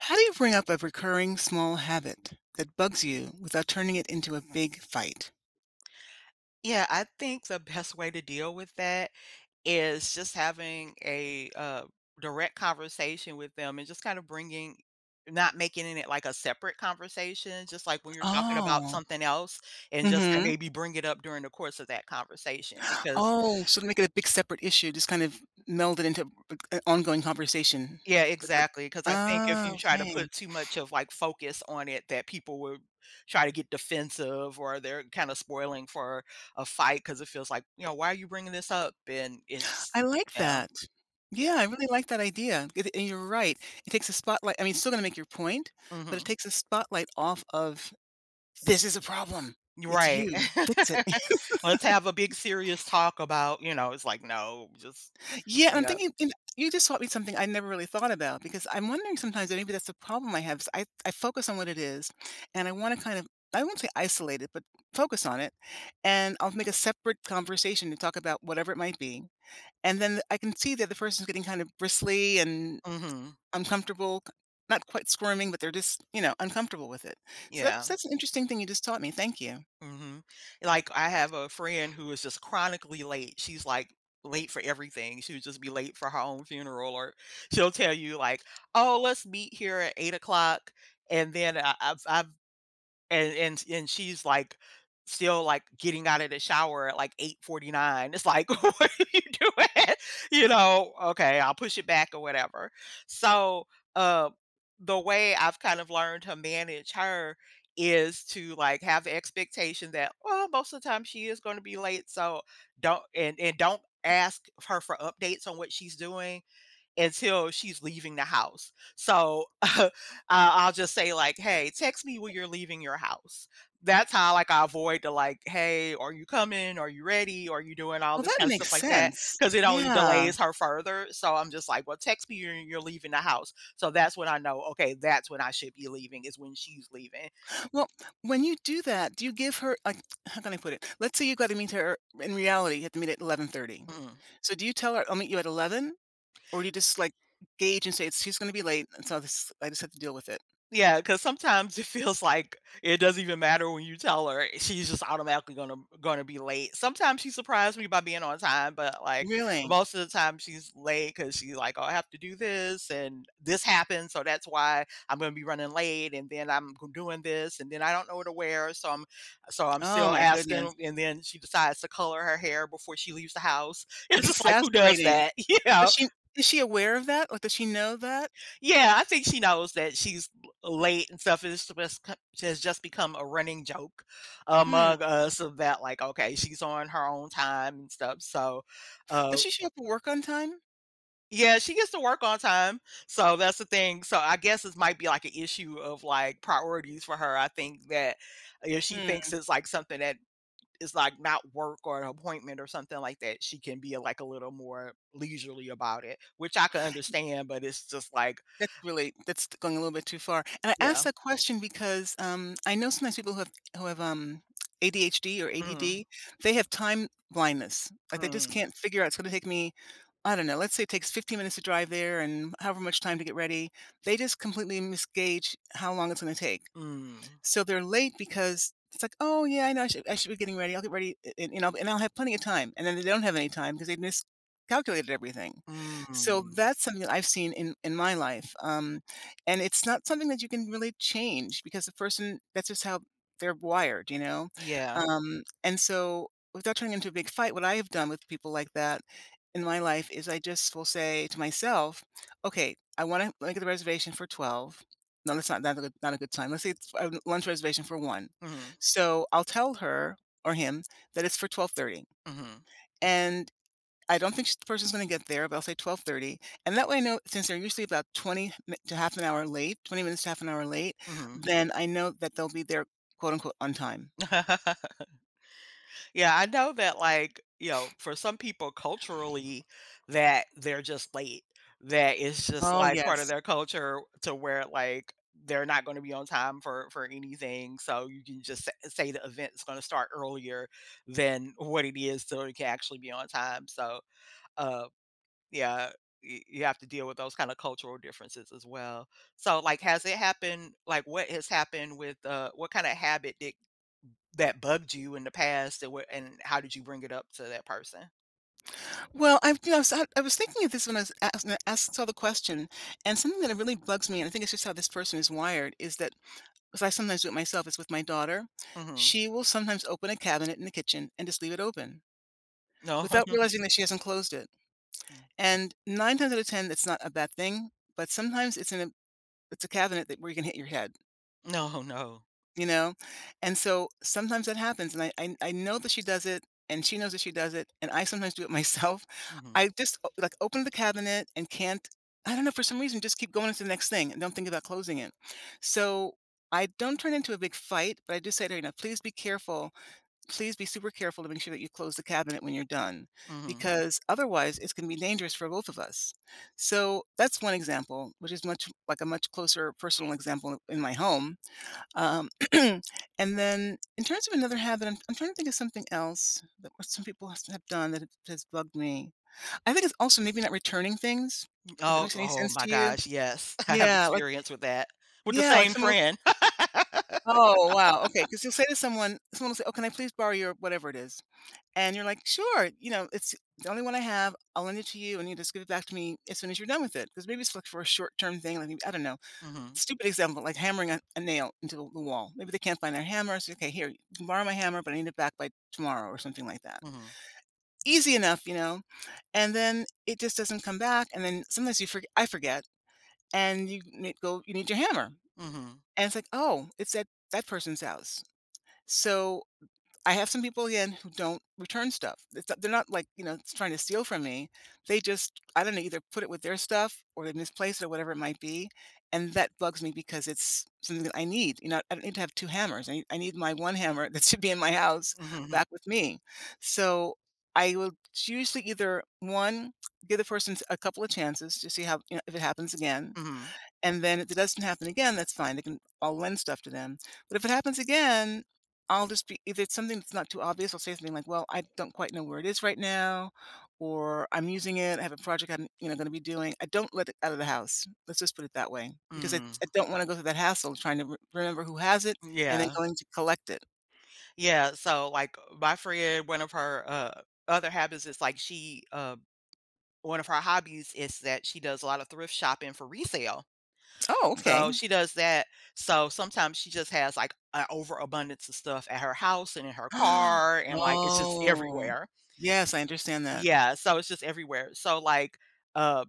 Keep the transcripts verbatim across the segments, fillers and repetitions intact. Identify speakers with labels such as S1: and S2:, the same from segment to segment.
S1: How do you bring up a recurring small habit that bugs you without turning it into a big fight?
S2: Yeah, I think the best way to deal with that is just having a uh, direct conversation with them and just kind of bringing not making it like a separate conversation, just like when you're talking about
S1: Oh.
S2: something else and
S1: mm
S2: just kind of
S1: Mhm.
S2: maybe bring it up during the course of that conversation because
S1: Oh, so to make it a big separate issue, just kind of meld it into an ongoing conversation.
S2: yeah
S1: Without…
S2: exactly, because I think
S1: Ah,
S2: if you try to
S1: okay.
S2: put too much of like focus on it that people will try to get defensive or they're kind of spoiling for a fight because it feels like, you know, why are you bringing this up? And it's
S1: I like
S2: yeah
S1: that. Yeah,
S2: Yeah.
S1: I really like that idea. It and you're right. It takes a spotlight, I mean, it's still gonna make your point, but it
S2: Hmm.
S1: takes a spotlight off of, "This is a problem. It's
S2: Right.
S1: you. Fix it."
S2: Let's have a big serious talk about, you know, it's like, "No, just
S1: Yeah, and I'm
S2: bring it up."
S1: thinking, you know, you just taught me something I never really thought about, because I'm wondering sometimes that maybe that's the problem I have is I, I focus on what it is, and I want to kind of, I won't say isolate it, but focus on it. And I'll make a separate conversation to talk about whatever it might be. And then I can see that the person's getting kind of bristly and
S2: Mhm.
S1: uncomfortable, c- not quite squirming, but they're just, you know, uncomfortable with it. So that's,
S2: Yeah.
S1: that's an interesting thing you just taught me. Thank you.
S2: Mhm. Like, I have a friend who is just chronically late. She's, like, late for everything. She would just be late for her own funeral, or she'll tell you, like, "Oh, let's meet here at eight o'clock, and then I I've I've And and and she's, like, still, like, getting out of the shower at, like, eight forty-nine. It's like, "What are you doing?" You know? "Okay, I'll push it back," or whatever. So, uh, the way I've kind of learned to manage her is to, like, have the expectation that, well, most of the time she is gonna be late, so don't and and don't ask her for updates on what she's doing until she's leaving the house. So, uh, I'll just say like, "Hey, text me when you're leaving your house." That's how, like, I avoid the, like, "Hey, are you coming? Are you ready? Are you doing all
S1: Oh,
S2: this
S1: that
S2: kinda stuff
S1: makes
S2: like that?"
S1: sense.
S2: Because it only
S1: Yeah.
S2: delays her further. So I'm just like, "Well, text me when you're leaving the house." So that's when I know, okay, that's when I should be leaving is when she's leaving.
S1: Well, when you do that, do you give her like, how can I put it? Let's say you got to meet her, in reality, you have to meet at eleven thirty.
S2: Mm.
S1: So do you tell her I'll meet you at eleven, or do you just like gauge and say it's she's going to be late, and so this I just have to deal with it?
S2: Yeah, cause sometimes it feels like it doesn't even matter when you tell her, eh, she's just automatically gonna gonna be late. Sometimes she surprised me by being on time, but, like,
S1: Really?
S2: most of the time she's late because she's like, "Oh, I have to do this, and this happened, so that's why I'm gonna be running late, and then I'm g doing this, and then I don't know what to wear, so I'm so I'm
S1: Oh
S2: still
S1: my goodness.
S2: asking," and then she decides to color her hair before she leaves the house. It's
S1: That's
S2: just like, who does
S1: exasperating.
S2: that? You
S1: Does
S2: know?
S1: she, is she aware of that? Like, does she know that?
S2: Yeah, I think she knows that she's late and stuff. And It's just, co- has just become a running joke
S1: Hmm.
S2: among us of that, like, okay, she's on her own time and stuff. So, uh,
S1: Does she show up for work on time?
S2: yeah, she gets to work on time. So that's the thing. So I guess this might be like an issue of like priorities for her. I think that if she
S1: Hmm.
S2: thinks it's like something that is like not work or an appointment or something like that, she can be like a little more leisurely about it, which I can understand, but it's just like,
S1: That's really, that's going a little bit too far. And I asked
S2: yeah.
S1: that question because, um, I know sometimes people who have, who have, um, A D H D or
S2: Mhm.
S1: A D D, they have time blindness. Like, they just
S2: Mhm.
S1: can't figure out, "It's gonna take me…" I don't know, let's say it takes fifteen minutes to drive there and however much time to get ready. They just completely misgauge how long it's gonna take.
S2: Mm,
S1: So they're late because it's like, "Oh, yeah, I know I should I should be getting ready. I'll get ready, and, you know, and I'll have plenty of time." And then they don't have any time because they miscalculated everything. So
S2: mm,
S1: that's something that I've seen in in my life, um, and it's not something that you can really change because the person, that's just how they're wired, you know?
S2: yeah.
S1: Um, and so without turning into a big fight, what I have done with people like that in my life is I just will say to myself, "Okay, I wanna make the reservation for twelve. No, that's not not a good not a good time. Let's say it's a lunch reservation for one"
S2: Mhm.
S1: So, I'll tell her or him that it's for twelve thirty,
S2: Mhm.
S1: and I don't think sh the person's gonna get there, but I'll say twelve thirty, and that way I know since they're usually about twenty mi to half an hour late, twenty minutes to half an hour late,
S2: Mhm.
S1: then I know that they'll be there, quote, unquote, "on time."
S2: Yeah, I know that, like, you know, for some people culturally, that they're just late, that it's just,
S1: Oh,
S2: like, part
S1: yes.
S2: of their culture to where, like, they're not gonna be on time for for anything, so you can just sa say the event's gonna start earlier than what it is so it can actually be on time, so, uh. Yeah, y you have to deal with those kinda cultural differences as well. So, like, has it happened like, what has happened with, uh what kinda habit did that bugged you in the past and what and how did you bring it up to that person?
S1: Well, I you know, so I was thinking of this when I was asked asked saw the question, and something that really bugs me, and I think it's just how this person is wired, is that, 'cause I sometimes do it myself, it's with my daughter.
S2: Mhm.
S1: She will sometimes open a cabinet in the kitchen and just leave it open
S2: No.
S1: without realizing that she hasn't closed it.
S2: Mm.
S1: And nine times out of ten, that's not a bad thing, but sometimes it's in a it's a cabinet that where you can hit your head.
S2: No, no.
S1: You know? And so sometimes that happens, and I I I know that she does it, and she knows that she does it, and I sometimes do it myself.
S2: Mhm.
S1: I just, o like, open the cabinet and can't, I don't know, for some reason, just keep going into the next thing and don't think about closing it. So, I don't turn into a big fight, but I do say to her, you know, "Please be careful. Please be super careful to make sure that you close the cabinet when you're done,
S2: Mhm.
S1: because otherwise it's gonna be dangerous for both of us." So, that's one example, which is much like a much closer, personal example in my home. Um, and then in terms of another habit, I'm, I'm trying to think of something else that what some people has- have done that it- has bugged me. I think it's also maybe not returning things, if that
S2: Oh,
S1: makes any
S2: oh
S1: sense
S2: my
S1: to you.
S2: gosh, yes. I have
S1: Yeah, like,
S2: experience with that, with the
S1: yeah, like
S2: same
S1: someone will s-
S2: friend.
S1: oh wow, okay, because you'll say to someone, someone will say, "Oh, can I please borrow your whatever it is?" And you're like, "Sure, you know, it's the only one I have. I'll lend it to you, and you just give it back to me as soon as you're done with it." Because maybe it's like for a short term thing, like maybe, I don't know,
S2: Mhm.
S1: stupid example, like hammering a, a nail into the wall. Maybe they can't find their hammer. So, okay, here, you can borrow my hammer, but I need it back by tomorrow or something like that.
S2: Mhm.
S1: Easy enough, you know. And then it just doesn't come back. And then sometimes you forget, I forget, and you need, go, you need your hammer.
S2: Mhm.
S1: And it's like, oh, it's at that person's house. So I have some people again who don't return stuff. It's not, they're not like, you know, s- trying to steal from me. They just, I don't know, either put it with their stuff or they misplace it or whatever it might be, and that bugs me because it's something that I need. You know, I don't need to have two hammers. I need, I need my one hammer that should be in my house
S2: Mhm.
S1: back with me. So I will usually either one, give the person a couple of chances to see how, you know, if it happens again,
S2: Mhm.
S1: and then if it doesn't happen again, that's fine. I can I'll lend stuff to them. But if it happens again, I'll just be, if it's something that's not too obvious, I'll say something like, "Well, I don't quite know where it is right now," or "I'm using it. I have a project I'm, you know, going to be doing." I don't let it out of the house. Let's just put it that way, because I,
S2: Mhm.
S1: I don't want to go through that hassle of trying to re- remember who has it
S2: Mm.
S1: and then
S2: Yeah.
S1: going to collect it.
S2: Yeah, so, like, my friend, one of her, uh, other habits is, like, she, uh one of her hobbies is that she does a lot of thrift shopping for resale.
S1: Oh, okay.
S2: So, she does that, so sometimes she just has, like, an overabundance of stuff at her house and in her car, and, like, it's just
S1: Oh,
S2: everywhere.
S1: yes, I understand that.
S2: Yeah, so it's just everywhere. So, like, um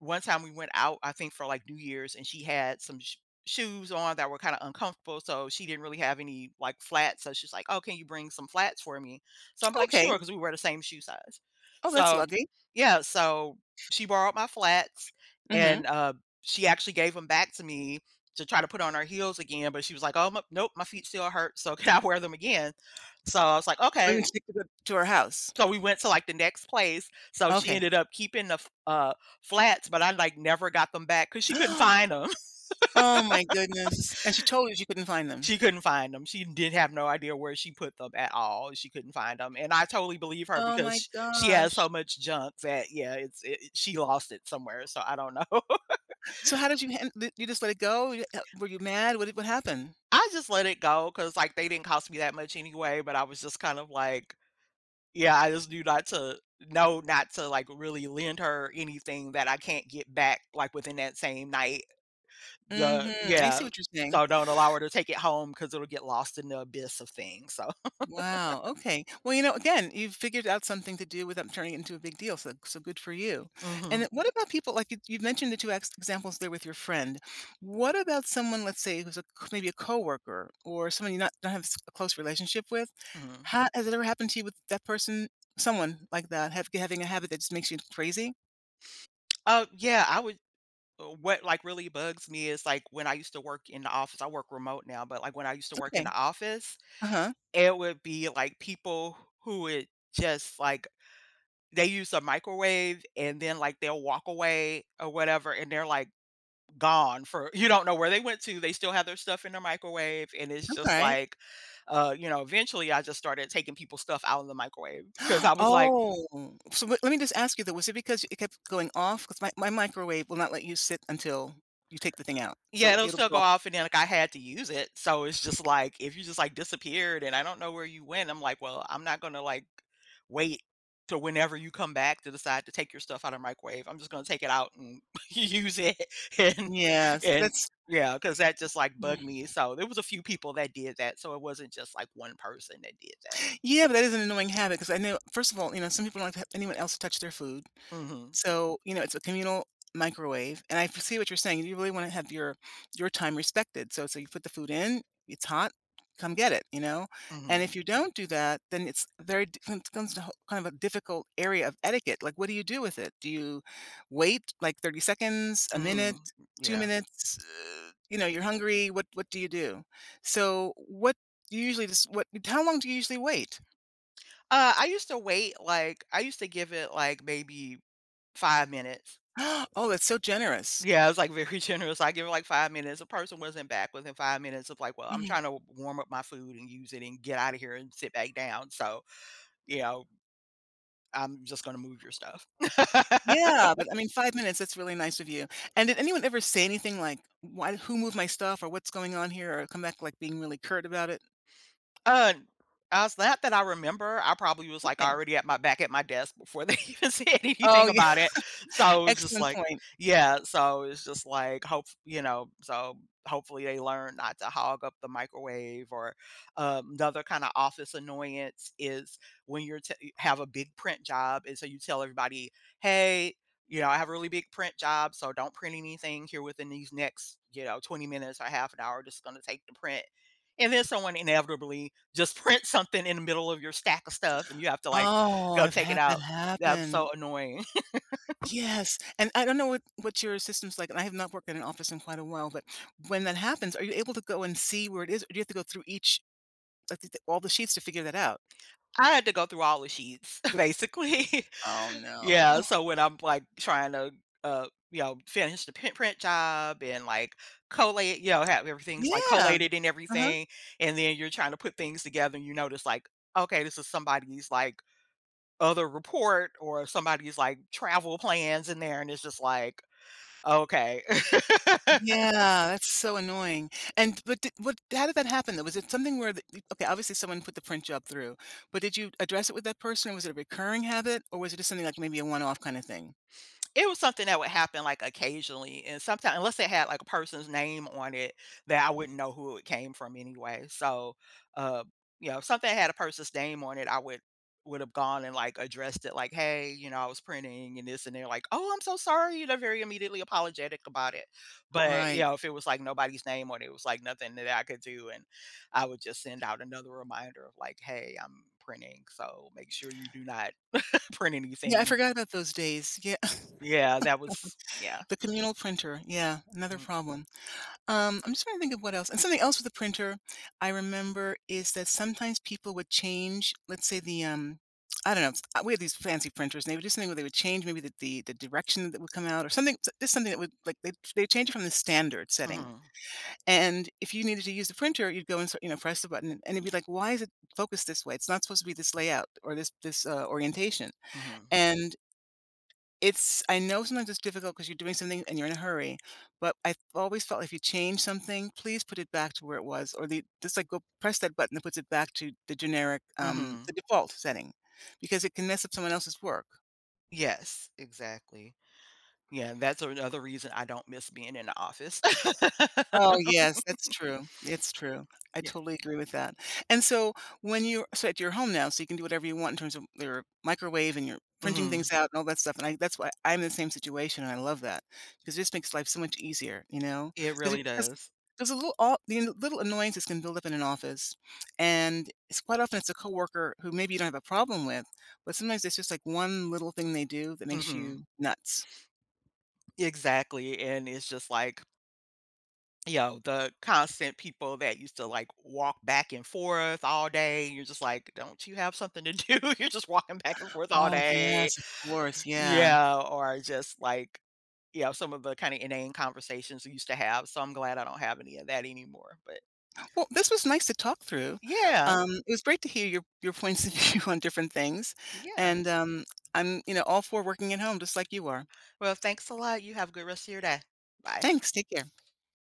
S2: one time we went out, I think for like New Year's, and she had some sh- shoes on that were kind of uncomfortable. So she didn't really have any like flats. So she's like, "Oh, can you bring some flats for me?" So I'm like,
S1: Okay.
S2: "Sure," because we wear the same shoe size.
S1: Oh, that's
S2: So
S1: lucky.
S2: yeah, so she borrowed my flats
S1: Mm-hmm.
S2: and uh, she actually gave them back to me to try to put on her heels again. But she was like, "Oh, my, nope, my feet still hurt. So can I wear them again?" So I was like,
S1: We
S2: "Okay."
S1: can stick to, the, to our house.
S2: So we went to, like, the next place, so she
S1: Okay.
S2: ended up keeping the f uh, flats, but I, like, never got them back because she couldn't find find them.
S1: Oh my goodness, and she told you she couldn't find them?
S2: She couldn't find find them. She did not have no idea where she put them at all. She couldn't find find them, and I totally believe her
S1: Oh
S2: because
S1: my
S2: sh- she has
S1: gosh.
S2: so much junk that yeah, it's it it she lost it somewhere, so I don't know.
S1: So how did you han d you just let it go? You, uh, were you mad? What did what happened?
S2: I just let it go because like, they didn't cost me that much anyway, but I was just kind of like, yeah, I just knew not to know not to, like, really lend her anything that I can't get back, like, within that same night. The
S1: Mhm, I see
S2: yeah.
S1: what you're saying.
S2: So don't allow her to take it home because 'cause it'll get lost in the abyss of things, so.
S1: Wow. Okay. Well, you know, again, you've figured out something to do without turning it into a big deal. So, so good for you. And
S2: Mhm.
S1: then what about people like, you, you've mentioned the two ex- examples there with your friend? What about someone, let's say, who's a, c- maybe a coworker or someone you not don't have s- a close relationship with?
S2: Mhm.
S1: Ha Has it ever happened to you with that person, someone like that, have, having a habit that just makes you crazy?
S2: Uh, yeah, I would uh, what, like, really bugs me is, like, when I used to work in the office I work remote now, but, like, when I used to work in
S1: Okay.
S2: the office,
S1: Uh huh.
S2: it would be, like, people who would just, like they use a microwave and then, like, they'll walk away or whatever, and they're, like, gone for you don't know where they went to. They still have their stuff in their microwave, and it's just
S1: Okay.
S2: like, uh, you know, eventually I just started taking people's stuff out of the microwave because I was like,
S1: Oh, so, let let me just ask you though, was it because it kept going off? Because my my microwave will not let you sit until you take the thing out,
S2: yeah,
S1: so
S2: it'll
S1: it'll
S2: still
S1: go
S2: go
S1: off.
S2: off and then, like, I had to use it, so it's just, like, if you just, like, disappeared and I don't know where you went, I'm like, "Well, I'm not gonna, like, wait to whenever you come back to decide to take your stuff out of the microwave. I'm just gonna take it out and use it," and
S1: Yes,
S2: and
S1: that's…
S2: yeah, because that just, like, bugged me, so there was a few people that did that, so it wasn't just, like, one person that did that.
S1: Yeah, but that is an annoying habit because I know, first of all, you know, some people don't like to have anyone else touch their food.
S2: Mm.
S1: So, you know, it's a communal microwave, and I f see what you're saying. You really wanna have your your time respected. So, so you put the food in, it's hot, come get it, you know?
S2: Mhm.
S1: And
S2: Mhm.
S1: if you don't do that, then it's very d com comes to ho kind of a difficult area of etiquette. Like, what do you do with it? Do you wait, like, thirty seconds, a minute,
S2: Mhm.
S1: two
S2: Yeah.
S1: minutes? Uh, you know, you're hungry. What what do you do? So, what do you usually, just what, how long do you usually wait?
S2: Uh, I used to wait, like I used to give it, like, maybe five minutes.
S1: Oh, that's so generous.
S2: Yeah, I was, like, very generous. I give, her like, five minutes. The person wasn't back within five minutes of, like, "Well, I'm
S1: Mhm.
S2: trying to warm up my food and use it and get out of here and sit back down, so, you know, I'm just gonna move your stuff."
S1: Yeah, but I mean, five minutes, that's really nice of you. And did anyone ever say anything like, "Why, who moved my stuff?" or "What's going on here?" or come back, like, being really curt about it?
S2: Uh, uh, not that I remember, I probably was, like,
S1: Okay.
S2: already at my back at my desk before they even said
S1: Oh,
S2: anything
S1: yeah,
S2: about it. So, it was just
S1: excellent
S2: like
S1: point.
S2: yeah, so it's just like hope you know, so hopefully they learn not to hog up the microwave or, um, another kinda office annoyance is when you're t have a big print job, and so you tell everybody, "Hey, you know, I have a really big print job, so don't print anything here within these next, you know, twenty minutes or half an hour, just gonna take the print." And then someone inevitably just prints something in the middle of your stack of stuff, and you have to, like,
S1: Oh,
S2: go
S1: I've
S2: take it
S1: had that
S2: out. That's
S1: happen.
S2: so annoying.
S1: Yes, and I don't know what what your system's like, and I have not worked in an office in quite a while, but when that happens, are you able to go and see where it is, or do you have to go through each, like, th all the sheets to figure that out?
S2: I had to go through all the sheets, basically.
S1: Oh,
S2: Yeah,
S1: no.
S2: so when I'm, like, trying to, uh, you know, finish the print print job and, like, collate you know, have everything's, like,
S1: Yeah.
S2: collated and
S1: Uh-huh.
S2: everything, and then you're trying to put things together, and you notice, like, okay, this is somebody's, like, other report or somebody's, like, travel plans in there, and it's just like, okay.
S1: Yeah, that's so annoying. And but did, what? How did that happen, though? Was it something where? The, okay, obviously someone put the print job through, but did you address it with that person? Was it a recurring habit, or was it just something like maybe a one-off kind of thing?
S2: It was something that would happen, like, occasionally, and sometimes unless it had, like, a person's name on it, that I wouldn't know who it came from anyway, so, uh, you know, if something had a person's name on it, I would would've gone and, like, addressed it, like, "Hey," you know, "I was printing and this," and they're like, "Oh, I'm so sorry," you know, very immediately apologetic about it, but, you
S1: Right.
S2: know, if it was, like, nobody's name on it, it was, like, nothing that I could do, and I would just send out another reminder of, like, "Hey, I'm printing, so make sure you do not print
S1: Yeah, I
S2: anything."
S1: forgot about those days. Yeah,
S2: Yeah, that was yeah.
S1: the communal printer. Yeah, another
S2: Mm.
S1: problem. Um, I'm just trying to think of what else. And something else with the printer I remember is that sometimes people would change, let's say the um I don't know, uh, we had these fancy printers and they would do something where they would change maybe the, the, the direction that would come out or something, s- just something that would, like, they they change it from the standard setting.
S2: Mhm.
S1: And if you needed to use the printer, you'd go and sort- you know, press the button and it'd be like, why is it focused this way? It's not supposed to be this layout or this this, uh, orientation.
S2: Mhm.
S1: And it's, I know sometimes it's difficult because, 'cause you're doing something and you're in a hurry, but I've always felt if you change something, please put it back to where it was or the just, like, go press that button that puts it back to the generic, um the
S2: Mhm.
S1: default setting, because it can mess up someone else's work.
S2: Yes, exactly. Yeah, that's another reason I don't miss being in the office.
S1: Oh, yes, that's true. It's true. I
S2: Yeah.
S1: totally agree with that. And so when you're, so at your home now, so you can do whatever you want in terms of your microwave and you're printing things
S2: Mhm.
S1: out and all that stuff. And I, that's why I'm in the same situation, and I love that because it just makes life so much easier, you know?
S2: It
S1: Because
S2: really does.
S1: there's a little, all the little annoyances can build up in an office, and it's quite often it's a coworker who maybe you don't have a problem with, but sometimes it's just like one little thing they do that makes you
S2: Mhm.
S1: nuts.
S2: Exactly, and it's just like, yo, the constant people that used to, like, walk back and forth all day, you're just like, "Don't you have something to do? You're just walking back and forth all
S1: Oh
S2: day."
S1: yes, of course, yeah.
S2: Yeah, or just, like, you know, some of the kinda inane conversations we used to have, so I'm glad I don't have any of that anymore, but
S1: Well, this was nice to talk through.
S2: yeah.
S1: Um, it was great to hear your your points of view on different things,
S2: Yeah.
S1: and um, I'm, you know, all for working at home just like you are.
S2: Well, thanks a lot. You have a good rest of your day. Bye.
S1: Thanks. Take care.